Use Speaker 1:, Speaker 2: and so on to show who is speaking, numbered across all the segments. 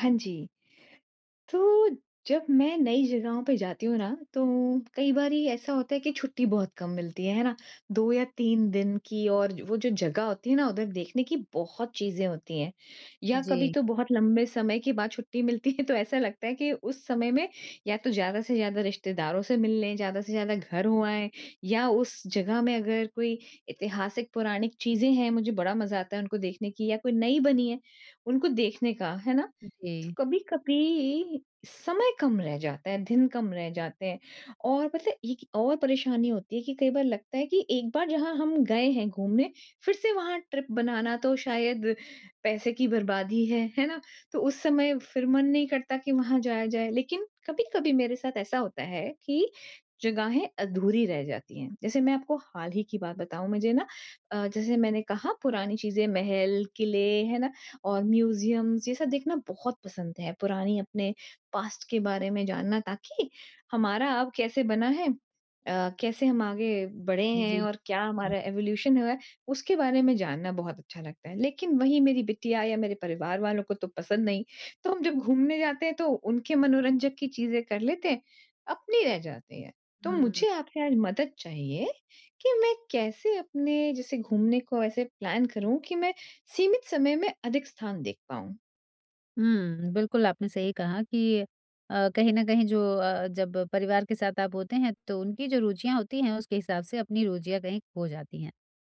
Speaker 1: हाँ जी, तो जब मैं नई जगहों पे जाती हूँ ना, तो कई बारी ऐसा होता है कि छुट्टी बहुत कम मिलती है ना? 2 या 3 दिन की और वो जो जगह होती है ना, उधर देखने की बहुत चीज़ें होती हैं। या कभी
Speaker 2: जी,
Speaker 1: तो बहुत लंबे समय के बाद छुट्टी मिलती है, तो ऐसा लगता है कि उस समय में या तो ज़्यादा से ज़्यादा रिश्तेदारों से मिल लें, ज़्यादा से ज़्यादा घर हो आएँ या उस जगह में अगर कोई ऐतिहासिक पौराणिक चीज़ें हैं, मुझे बड़ा मज़ा आता है उनको देखने की या कोई नई बनी है, उनको देखने का, है ना? तो
Speaker 2: जी,
Speaker 1: कभी कभी समय कम रह जाता है, दिन कम रह जाते हैं और मतलब एक और परेशानी होती है कि कई बार लगता है कि एक बार जहाँ हम गए हैं घूमने, फिर से वहाँ ट्रिप बनाना तो शायद पैसे की बर्बादी है ना? तो उस समय फिर मन नहीं करता कि वहाँ जाया जाए। लेकिन कभी-कभी मेरे साथ ऐसा होता है कि जगहें अधूरी रह जाती हैं। जैसे मैं आपको हाल ही की बात बताऊँ मुझे ना जैसे मैंने कहा पुरानी चीज़ें महल, किले है ना? और म्यूज़ियम्स ये सब देखना बहुत पसंद है। पुरानी अपने पास्ट के बारे में जानना ताकि हमारा अब कैसे बना है, कैसे हम आगे बढ़े हैं
Speaker 2: जी।
Speaker 1: और क्या हमारा एवोल्यूशन हुआ है, उसके बारे में जानना बहुत अच्छा लगता है। लेकिन वही मेरी बिटिया या मेरे परिवार वालों को तो पसंद नहीं। तो हम जब घूमने जाते हैं तो उनके मनोरंजक की चीज़ें कर लेते हैं, अपनी रह जाती है। तो
Speaker 2: हुँ,
Speaker 1: मुझे आपसे आज मदद चाहिए कि मैं कैसे अपने जैसे घूमने को ऐसे प्लान करूँ कि मैं सीमित समय में अधिक स्थान देख पाऊँ।
Speaker 2: हुँ, बिल्कुल आपने सही कहा कि कहीं न कहीं जो जब परिवार के साथ आप होते हैं तो उनकी जो रुचियाँ होती हैं उसके हिसाब से अपनी रुचियाँ कहीं खो जाती हैं।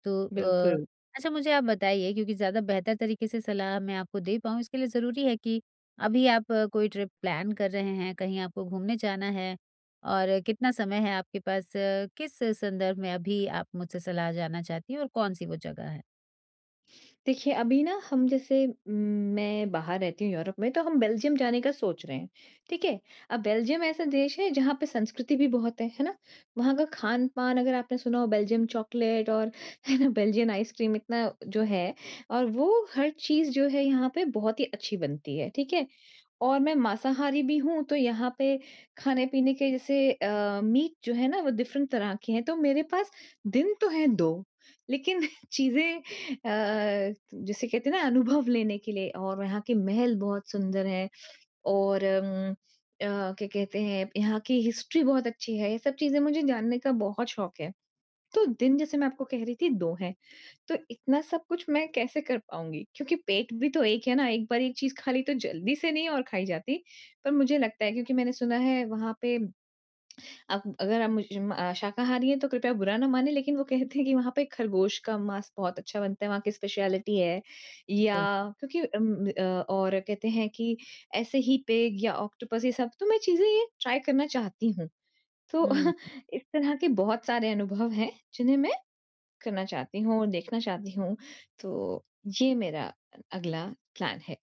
Speaker 2: तो
Speaker 1: बिल्कुल।
Speaker 2: अच्छा मुझे आप बताइए, क्योंकि ज़्यादा बेहतर तरीके से सलाह मैं आपको दे पाऊँ इसके लिए ज़रूरी है कि अभी आप कोई ट्रिप प्लान कर रहे हैं, कहीं आपको घूमने जाना है और कितना समय है आपके पास? किस संदर्भ में अभी आप मुझसे सलाह जानना चाहती हैं और कौन-सी वो जगह है?
Speaker 1: देखिए, अभी ना हम जैसे मैं बाहर रहती हूँ यूरोप में, तो हम बेल्जियम जाने का सोच रहे हैं, ठीक है? अब बेल्जियम ऐसा देश है जहाँ पे संस्कृति भी बहुत है ना? वहाँ का खान-पान अगर आपने सुना हो बेल्जियम चॉकलेट और है ना बेल्जियन आइसक्रीम इतना जो है और वो हर चीज़ जो है यहाँ पे बहुत ही अच्छी बनती है, ठीक है? और मैं मांसाहारी भी हूँ, तो यहाँ पे खाने-पीने के जैसे मीट जो है ना वो डिफरेंट तरह के हैं, तो मेरे पास दिन तो हैं 2 लेकिन चीज़ें जिसे कहते हैं ना अनुभव लेने के लिए और यहाँ के महल बहुत सुंदर हैं और क्या कहते हैं यहाँ की हिस्ट्री बहुत अच्छी है ये सब चीजें मुझे जानने का बहुत शौक है। तो दिन जैसे मैं आपको कह रही थी 2 हैं, तो इतना सब कुछ मैं कैसे कर पाऊँगी? क्योंकि पेट भी तो एक है ना, एक बार एक चीज़ खा ली तो जल्दी से नहीं और खाई जाती। पर मुझे लगता है क्योंकि मैंने सुना है वहाँ पे अब अगर आप शाकाहारी हैं तो कृपया बुरा ना मानें लेकिन वो कहते हैं कि वहाँ पे खरगोश का मांस बहुत अच्छा बनता है, वहाँ की स्पेशलिटी है या क्योंकि और कहते हैं कि ऐसे ही पिग या ऑक्टोपस ये सब तो मैं चीज़ें ये ट्राई करना चाहती हूँ। तो
Speaker 2: हुँ।
Speaker 1: इस तरह के बहुत सारे अनुभव हैं जिन्हें मैं करना चाहती हूँ और देखना चाहती हूँ। तो ये मेरा अगला प्लान है।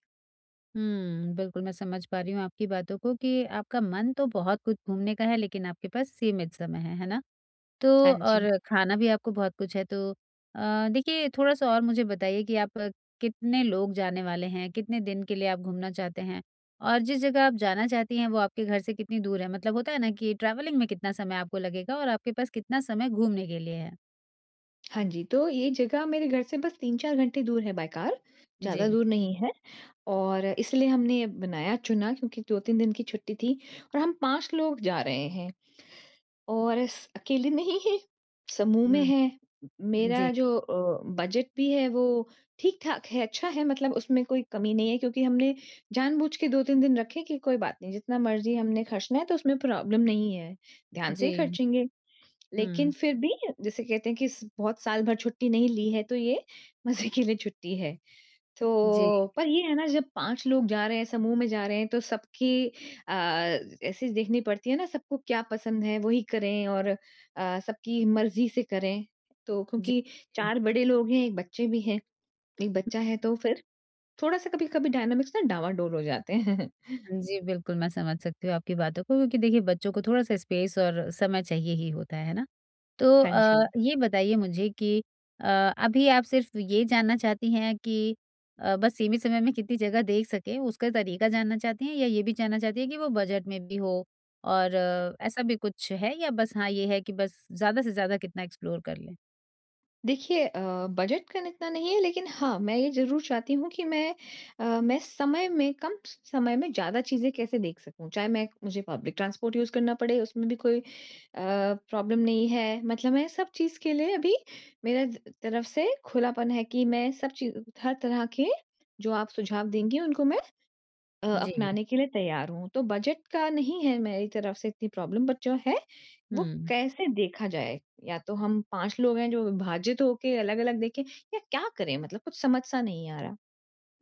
Speaker 2: हुँ, बिल्कुल, मैं समझ पा रही हूँ आपकी बातों को कि आपका मन तो बहुत कुछ घूमने का है, लेकिन आपके पास सीमित समय है ना? तो
Speaker 1: हाँ जी।
Speaker 2: और खाना भी आपको बहुत कुछ है, तो देखिए थोड़ा-सा और मुझे बताइए कि आप कितने लोग जाने वाले हैं? कितने दिन के लिए आप घूमना चाहते हैं? और जिस जगह आप जाना चाहती हैं, वो आपके घर से कितनी दूर है? मतलब होता है ना कि ट्रैवलिंग में कितना समय आपको लगेगा और आपके पास कितना समय घूमने के लिए है?
Speaker 1: हाँ जी, तो ये जगह मेरे घर से बस 3-4 घंटे दूर है बाय कार,
Speaker 2: जी।
Speaker 1: ज़्यादा दूर नहीं है। और इसलिए हमने बनाया चुना क्योंकि 2-3 दिन की छुट्टी थी और हम 5 लोग जा रहे हैं और स अकेले नहीं हैं, समूह में
Speaker 2: हुँ,
Speaker 1: हैं।
Speaker 2: जी,
Speaker 1: मेरा जो बजट भी है वो ठीक-ठाक है, अच्छा है मतलब उसमें कोई कमी नहीं है क्योंकि हमने जानबूझ के 2-3 दिन रखे कि कोई बात नहीं, जितना मर्ज़ी हमने खर्चना है तो उसमें प्रॉब्लम नहीं है, ध्यान से ही
Speaker 2: जी।
Speaker 1: खर्चेंगे। लेकिन
Speaker 2: हुँ,
Speaker 1: फिर भी जैसे कहते हैं कि स बहुत साल भर छुट्टी नहीं ली है तो ये मज़े के लिए छुट्टी है।
Speaker 2: जी,
Speaker 1: तो पर ये है ना जब 5 लोग जा रहे हैं, समूह में जा रहे हैं तो सबकी अ, ऐसे देखनी पड़ती है ना सबको क्या पसंद है वही करें और सबकी मर्ज़ी से करें। तो
Speaker 2: जी।
Speaker 1: क्योंकि 4 बड़े लोग हैं, 1 बच्चे भी हैं, 1 बच्चा है तो फिर थोड़ा-सा कभी-कभी डायनामिक्स ना डावाडोल हो जाते हैं।
Speaker 2: हाँ जी, बिल्कुल, मैं समझ सकती हूँ आपकी बातों को, क्योंकि देखिए बच्चों को थोड़ा-सा स्पेस और समय चाहिए ही होता है ना? तो
Speaker 1: हाँ जी।
Speaker 2: ये बताइए मुझे कि अ, अभी आप सिर्फ़ ये जानना चाहती हैं कि बस सीमित समय में कितनी जगह देख सकें, उसका तरीका जानना चाहती हैं, या ये भी जानना चाहती हैं कि वो बजट में भी हो और ऐसा भी कुछ है, या बस हाँ, ये है कि बस ज़्यादा से ज़्यादा कितना एक्सप्लोर कर लें?
Speaker 1: देखिए बजट का इतना नहीं है लेकिन हाँ, मैं ये ज़रूर चाहती हूँ कि मैं मैं समय में ज़्यादा चीज़ें कैसे देख सकूँ। चाहे मैं मुझे पब्लिक ट्रांसपोर्ट यूज़ करना पड़े, उसमें भी कोई प्रॉब्लम नहीं है। मतलब मैं सब चीज़ के लिए अभी मेरे ज तरफ से खुलापन है कि मैं सब चीज़ हर तरह के जो आप सुझाव देंगी, उनको मैं
Speaker 2: जी,
Speaker 1: अपनाने के लिए तैयार हूँ। तो बजट का नहीं है मेरी तरफ से इतनी प्रॉब्लम बट जो है, वो
Speaker 2: हुँ।
Speaker 1: कैसे देखा जाए? या तो हम 5 लोग हैं जो विभाजित होके अलग-अलग देखें या क्या करें? मतलब कुछ समझ सा नहीं आ रहा।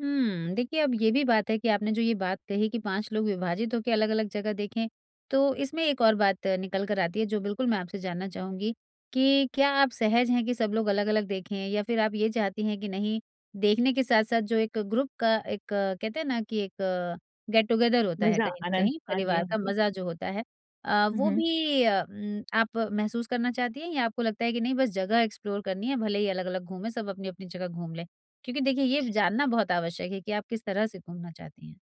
Speaker 2: हुँ, देखिए अब ये भी बात है कि आपने जो ये बात कही कि 5 लोग विभाजित होके अलग-अलग जगह देखें, तो इसमें एक और बात निकल कर आती है, जो बिल्कुल मैं आपसे जानना चाहूँगी कि क्या आप सहज हैं कि सब लोग अलग-अलग देखें, या फिर आप ये चाहती हैं कि नहीं, देखने के साथ-साथ जो एक ग्रुप का एक कहते हैं ना कि एक गेट टुगेदर होता है
Speaker 1: मज़ा,
Speaker 2: कहीं न
Speaker 1: आनंद।
Speaker 2: कहीं,
Speaker 1: हाँ जी,
Speaker 2: परिवार
Speaker 1: हाँ
Speaker 2: का
Speaker 1: जी।
Speaker 2: मज़ा जो होता है
Speaker 1: हुँ,
Speaker 2: वो
Speaker 1: हुँ।
Speaker 2: भी आप महसूस करना चाहती हैं, या आपको लगता है कि नहीं बस जगह एक्सप्लोर करनी है, भले ही अलग-अलग घूमें, सब अपनी-अपनी जगह घूम लें? क्योंकि देखिए ये जानना बहुत आवश्यक है कि आप किस तरह से घूमना चाहती हैं।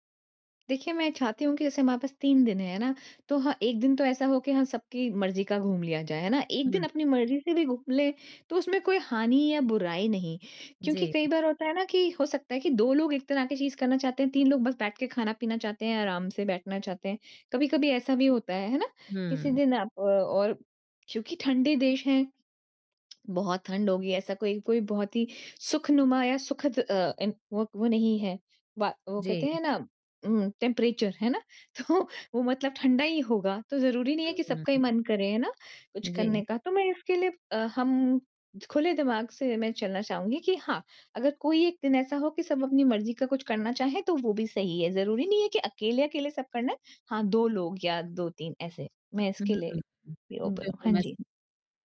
Speaker 1: देखिए, मैं चाहती हूँ कि जैसे हमारे पास 3 दिन हैं, है ना? तो हाँ, 1 दिन तो ऐसा हो कि हाँ, सबकी मर्ज़ी का घूम लिया जाए, है ना? 1 दिन
Speaker 2: हुँ।
Speaker 1: अपनी मर्ज़ी से भी घूम लें, तो उसमें कोई हानि या बुराई नहीं। क्योंकि
Speaker 2: जी।
Speaker 1: कई बार होता है ना कि हो सकता है कि 2 लोग एक तरह की चीज़ करना चाहते हैं, 3 लोग बस बैठ के खाना पीना चाहते हैं, आराम से बैठना चाहते हैं। कभी-कभी ऐसा भी होता है ना? किसी
Speaker 2: हुँ।
Speaker 1: दिन आप और क्योंकि ठंडे देश हैं, बहुत ठंड होगी ऐसा कोई कोई बहुत ही सुखनुमा या सुखद अ, इन- वो नहीं है वो कहते
Speaker 2: जी।
Speaker 1: हैं ना टेम्परेचर है ना तो वो मतलब ठंडा ही होगा तो जरूरी नहीं है कि सबका ही
Speaker 2: हुँ।
Speaker 1: मन करे है ना कुछ
Speaker 2: जी।
Speaker 1: करने का तो मैं इसके लिए अ, हम खुले दिमाग से मैं चलना चाहूंगी कि हाँ अगर कोई एक दिन ऐसा हो कि सब अपनी मर्जी का कुछ करना चाहे तो वो भी सही है जरूरी नहीं है कि अकेले अकेले सब करना है हाँ दो लोग या दो तीन ऐसे मैं
Speaker 2: हुँ।
Speaker 1: इसके लिए भी ओपन हूँ
Speaker 2: बिल्कुल,
Speaker 1: हाँ
Speaker 2: मैं स
Speaker 1: जी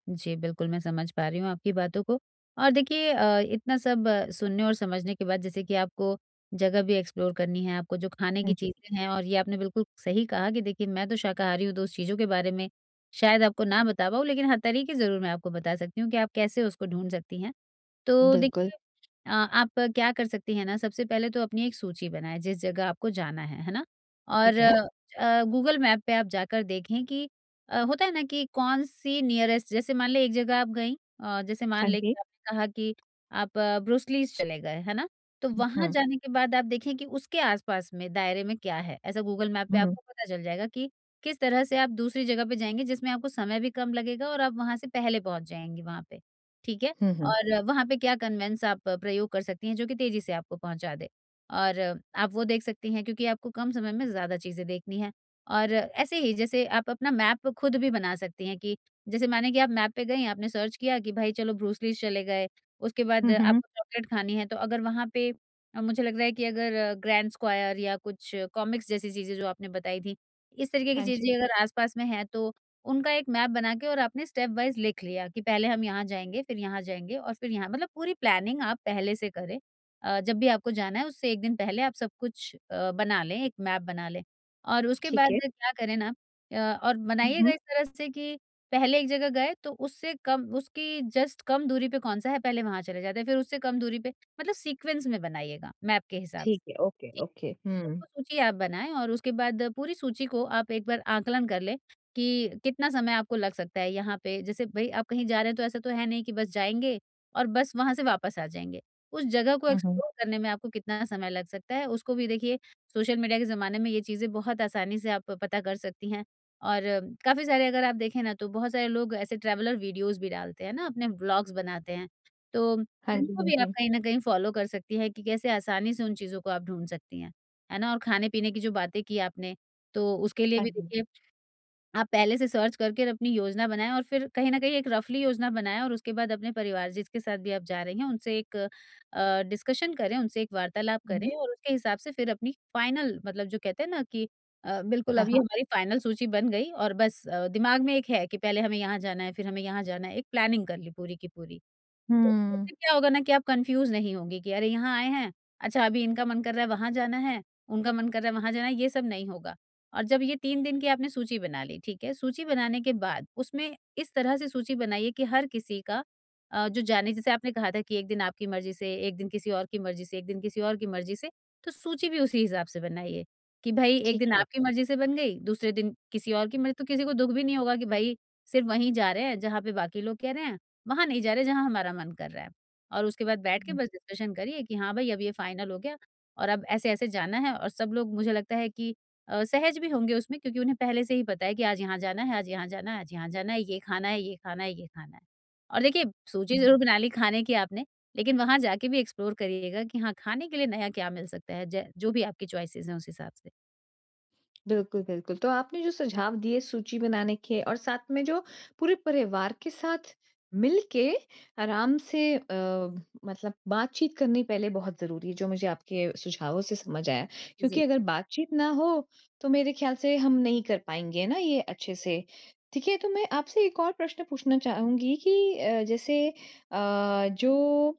Speaker 2: जी, बिल्कुल मैं समझ पा रही हूँ आपकी बातों को। और देखिए इतना सब सुनने और समझने के बाद, जैसे कि आपको जगह भी एक्सप्लोर करनी है, आपको जो खाने की
Speaker 1: हाँ जी
Speaker 2: चीज़ें हैं, और ये आपने बिल्कुल सही कहा कि देखिए मैं तो शाकाहारी हूँ, तो उस चीज़ों के बारे में शायद आपको ना बता पाऊँ, लेकिन हर तरीके ज़रूर मैं आपको बता सकती हूँ कि आप कैसे उसको ढूँढ सकती हैं। तो
Speaker 1: बिल्कुल
Speaker 2: देखिए आप क्या कर सकती हैं ना, सबसे पहले तो अपनी एक सूची बनाएँ जिस जगह आपको जाना है ना? और
Speaker 1: ठीक है
Speaker 2: गूगल मैप पे आप जाकर देखें कि होता है ना कि कौन-सी नियरेस्ट, जैसे मान लें एक जगह आप गईं, जैसे मान
Speaker 1: हाँ
Speaker 2: लें
Speaker 1: जी।
Speaker 2: कि आपने कहा कि आप ब्रूस लीज़ चले गए, है ना? तो
Speaker 1: हुँ,
Speaker 2: वहाँ
Speaker 1: हुँ,
Speaker 2: जाने के बाद आप देखें कि उसके आस-पास में दायरे में क्या है? ऐसा गूगल मैप पे
Speaker 1: हुँ,
Speaker 2: आपको पता चल जाएगा कि किस तरह से आप दूसरी जगह पे जाएँगे, जिसमें आपको समय भी कम लगेगा और आप वहाँ से पहले पहुँच जाएँगी वहाँ पे, ठीक है?
Speaker 1: हुँ,
Speaker 2: और वहाँ पे क्या कन्वेंस आप प्रयोग कर सकती हैं जो कि तेज़ी से आपको पहुँचा दे। और आप वो देख सकती हैं, क्योंकि आपको कम समय में ज़्यादा चीज़ें देखनी हैं। और ऐसे ही जैसे आप अपना मैप खुद भी बना सकती हैं कि जैसे माने कि आप मैप पे गईं, आपने सर्च किया कि भाई चलो ब्रूस लीज़ चले गए, उसके बाद
Speaker 1: हुँ, हुँ।
Speaker 2: आपको चॉकलेट खानी है, तो अगर वहाँ पे मुझे लग रहा है कि अगर ग्रैंड स्क्वायर या कुछ कॉमिक्स जैसी चीज़ें जो आपने बताई थीं, इस तरीके की
Speaker 1: हाँ जी,
Speaker 2: चीज़ें अगर आस-पास में हैं, तो उनका एक मैप बना के और आपने स्टेप वाइज़ लिख लिया कि पहले हम यहाँ जाएँगे, फिर यहाँ जाएँगे और फिर यहाँ, मतलब पूरी प्लानिंग आप पहले से करें। जब भी आपको जाना है उससे 1 दिन पहले आप सब कुछ बना लें, एक मैप बना लें और उसके
Speaker 1: ठीक
Speaker 2: बाद
Speaker 1: है।
Speaker 2: क्या करें ना। और
Speaker 1: हुँ,
Speaker 2: बनाइएगा
Speaker 1: हुँ,
Speaker 2: इस तरह से कि पहले एक जगह गए तो उससे कम उसकी जस्ट कम दूरी पे कौन-सा है पहले वहाँ चले जाते हैं, फिर उससे कम दूरी पे, मतलब सीक्वेंस में बनाइएगा मैप के हिसाब से।
Speaker 1: ठीक है, ओके,
Speaker 2: जी।
Speaker 1: ओके।
Speaker 2: तो
Speaker 1: हुँ,
Speaker 2: वो सूची आप बनाएँ और उसके बाद पूरी सूची को आप एक बार आकलन कर लें, कि कितना समय आपको लग सकता है यहाँ पे? जैसे भई आप कहीं जा रहे हैं तो ऐसा तो है नहीं कि बस जाएँगे और बस वहाँ से वापस आ जाएँगे। उस जगह को
Speaker 1: हुँ, हुँ।
Speaker 2: एक्सप्लोर करने में आपको कितना समय लग सकता है? उसको भी देखिए। सोशल मीडिया के ज़माने में ये चीज़ें बहुत आसानी से आप पता कर सकती हैं और काफ़ी सारे, अगर आप देखें ना, तो बहुत सारे लोग ऐसे ट्रैवलर वीडियोज़ भी डालते हैं ना, अपने व्लॉग्स बनाते हैं। तो
Speaker 1: हाँ जी,
Speaker 2: उनको
Speaker 1: हाँ
Speaker 2: भी आप
Speaker 1: जी,
Speaker 2: कहीं न कहीं फ़ॉलो कर सकती हैं कि कैसे आसानी से उन चीज़ों को आप ढूँढ सकती हैं। है ना? और खाने-पीने की जो बातें की आपने, तो उसके लिए
Speaker 1: हाँ
Speaker 2: भी
Speaker 1: जी।
Speaker 2: देखिए, आप पहले से सर्च करके अपनी योजना बनाएँ और फिर कहीं न कहीं एक रफ़ली योजना बनाएँ और उसके बाद अपने परिवार जिसके साथ भी आप जा रही हैं, उनसे एक डिस्कशन करें, उनसे एक वार्तालाप
Speaker 1: हुँ, हुँ।
Speaker 2: करें और उसके हिसाब से फिर अपनी फाइनल, मतलब जो कहते हैं ना कि बिल्कुल
Speaker 1: हाँ,
Speaker 2: अब ये
Speaker 1: हाँ।
Speaker 2: हमारी फाइनल सूची बन गई और बस दिमाग में एक है कि पहले हमें यहाँ जाना है, फिर हमें यहाँ जाना है, एक प्लानिंग कर ली पूरी की पूरी। तो
Speaker 1: हुँ,
Speaker 2: इससे क्या होगा ना कि आप कन्फ्यूज़ नहीं होंगी कि अरे यहाँ आए हैं, अच्छा अभी इनका मन कर रहा है वहाँ जाना है, उनका मन कर रहा है वहाँ जाना है, ये सब नहीं होगा। और जब ये 3 दिन की आपने सूची बना ली, ठीक है? सूची बनाने के बाद उसमें इस तरह से सूची बनाइए कि हर किसी का जो जाने, जैसे आपने कहा था कि 1 दिन आपकी मर्ज़ी से, 1 दिन किसी और की मर्ज़ी से, 1 दिन किसी और की मर्ज़ी से, तो सूची भी उसी हिसाब से बनाइए कि भई 1
Speaker 1: ठीक
Speaker 2: दिन
Speaker 1: है।
Speaker 2: आपकी मर्ज़ी से बन गई, दूसरे दिन किसी और की मर्ज़ी, तो किसी को दुःख भी नहीं होगा कि भई सिर्फ़ वहीं जा रहे हैं जहाँ पे बाकी लोग कह रहे हैं, वहाँ नहीं जा रहे जहाँ हमारा मन कर रहा है। और उसके बाद बैठ के
Speaker 1: हुँ,
Speaker 2: बस डिस्कशन करिए कि हाँ भाई अब ये फाइनल हो गया और अब ऐसे-ऐसे जाना है और सब लोग, मुझे लगता है कि सहज भी होंगे उसमें, क्योंकि उन्हें पहले से ही पता है कि आज यहाँ जाना है, आज यहाँ जाना है, आज यहाँ जाना है, ये खाना है, ये खाना है, ये खाना है। और देखिए सूची
Speaker 1: हुँ।
Speaker 2: ज़रूर बना ली खाने की आपने, लेकिन वहाँ जाके भी एक्सप्लोर करिएगा कि हाँ, खाने के लिए नया क्या मिल सकता है, ज जो भी आपकी चॉइसेस हैं उस हिसाब से।
Speaker 1: बिल्कुल, बिल्कुल। तो आपने जो सुझाव दिए सूची बनाने के और साथ में जो पूरे परिवार के साथ मिलके आराम से मतलब बातचीत करनी पहले बहुत ज़रूरी है, जो मुझे आपके सुझावों से समझ आया। क्योंकि
Speaker 2: जी।
Speaker 1: अगर बातचीत ना हो, तो मेरे ख़्याल से हम नहीं कर पाएँगे ना ये अच्छे से। ठीक है, तो मैं आपसे एक और प्रश्न पूछना चाहूँगी कि जैसे जो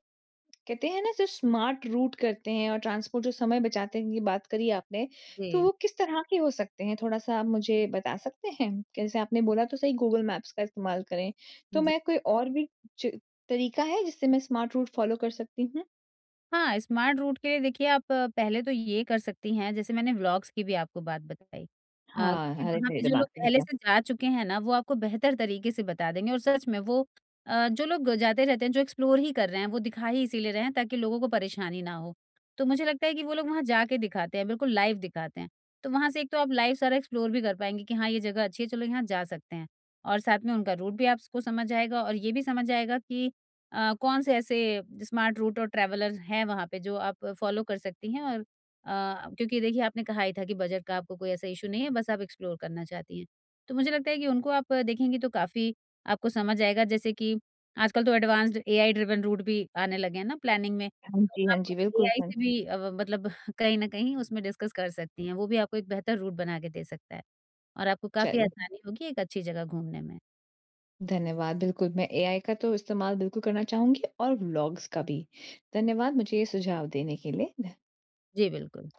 Speaker 1: कहते हैं ना जो स्मार्ट रूट करते हैं और ट्रांसपोर्ट जो समय बचाते हैं की बात करी आपने, तो वो किस तरह के हो सकते हैं? थोड़ा-सा आप मुझे बता सकते हैं? जैसे आपने बोला तो सही गूगल मैप्स का इस्तेमाल करें, तो
Speaker 2: जी।
Speaker 1: मैं कोई और भी च तरीका है जिससे मैं स्मार्ट रूट फ़ॉलो कर सकती हूँ?
Speaker 2: हाँ, स्मार्ट रूट के लिए देखिए आप पहले तो ये कर सकती हैं, जैसे मैंने व्लॉग्स की भी आपको बात बताई।
Speaker 1: हाँ,
Speaker 2: क्योंकि
Speaker 1: अरे
Speaker 2: वहाँ
Speaker 1: मेरे
Speaker 2: पे जो
Speaker 1: दिमाग
Speaker 2: लोग
Speaker 1: से
Speaker 2: पहले
Speaker 1: निकला।
Speaker 2: से जा चुके हैं ना, वो आपको बेहतर तरीके से बता देंगे और सच में वो जो लोग जाते रहते हैं, जो एक्सप्लोर ही कर रहे हैं, वो दिखा ही इसीलिए रहे हैं ताकि लोगों को परेशानी ना हो। तो मुझे लगता है कि वो लोग वहाँ जाके दिखाते हैं, बिल्कुल लाइव दिखाते हैं। तो वहाँ से एक तो आप लाइव सारा एक्सप्लोर भी कर पाएँगी कि हाँ, ये जगह अच्छी है, चलो यहाँ जा सकते हैं और साथ में उनका रूट भी आपको समझ आएगा और ये भी समझ आएगा कि कौन से ऐसे स्मार्ट रूट और ट्रैवलर हैं वहाँ पे जो आप फॉलो कर सकती हैं और क्योंकि देखिए आपने कहा ही था कि बजट का आपको कोई ऐसा इश्यू नहीं है, बस आप एक्सप्लोर करना चाहती हैं। तो मुझे लगता है कि उनको आप देखेंगी तो काफ़ी आपको समझ आएगा, जैसे कि आजकल तो एडवांस्ड एआई ड्रिवन रूट भी आने लगे हैं ना प्लानिंग में,
Speaker 1: हाँ
Speaker 2: तो
Speaker 1: जी, हाँ
Speaker 2: आप
Speaker 1: जी, बिल्कुल,
Speaker 2: एआई
Speaker 1: हाँ।
Speaker 2: से भी मतलब कहीं न कहीं उसमें डिस्कस कर सकती हैं, वो भी आपको एक बेहतर रूट बना के दे सकता है और आपको काफ़ी
Speaker 1: चल
Speaker 2: आसानी होगी एक अच्छी जगह घूमने में।
Speaker 1: धन्यवाद, बिल्कुल मैं एआई का तो इस्तेमाल बिल्कुल करना चाहूँगी और व्लॉग्स का भी। धन्यवाद मुझे ये सुझाव देने के लिए। धन
Speaker 2: जी, बिल्कुल।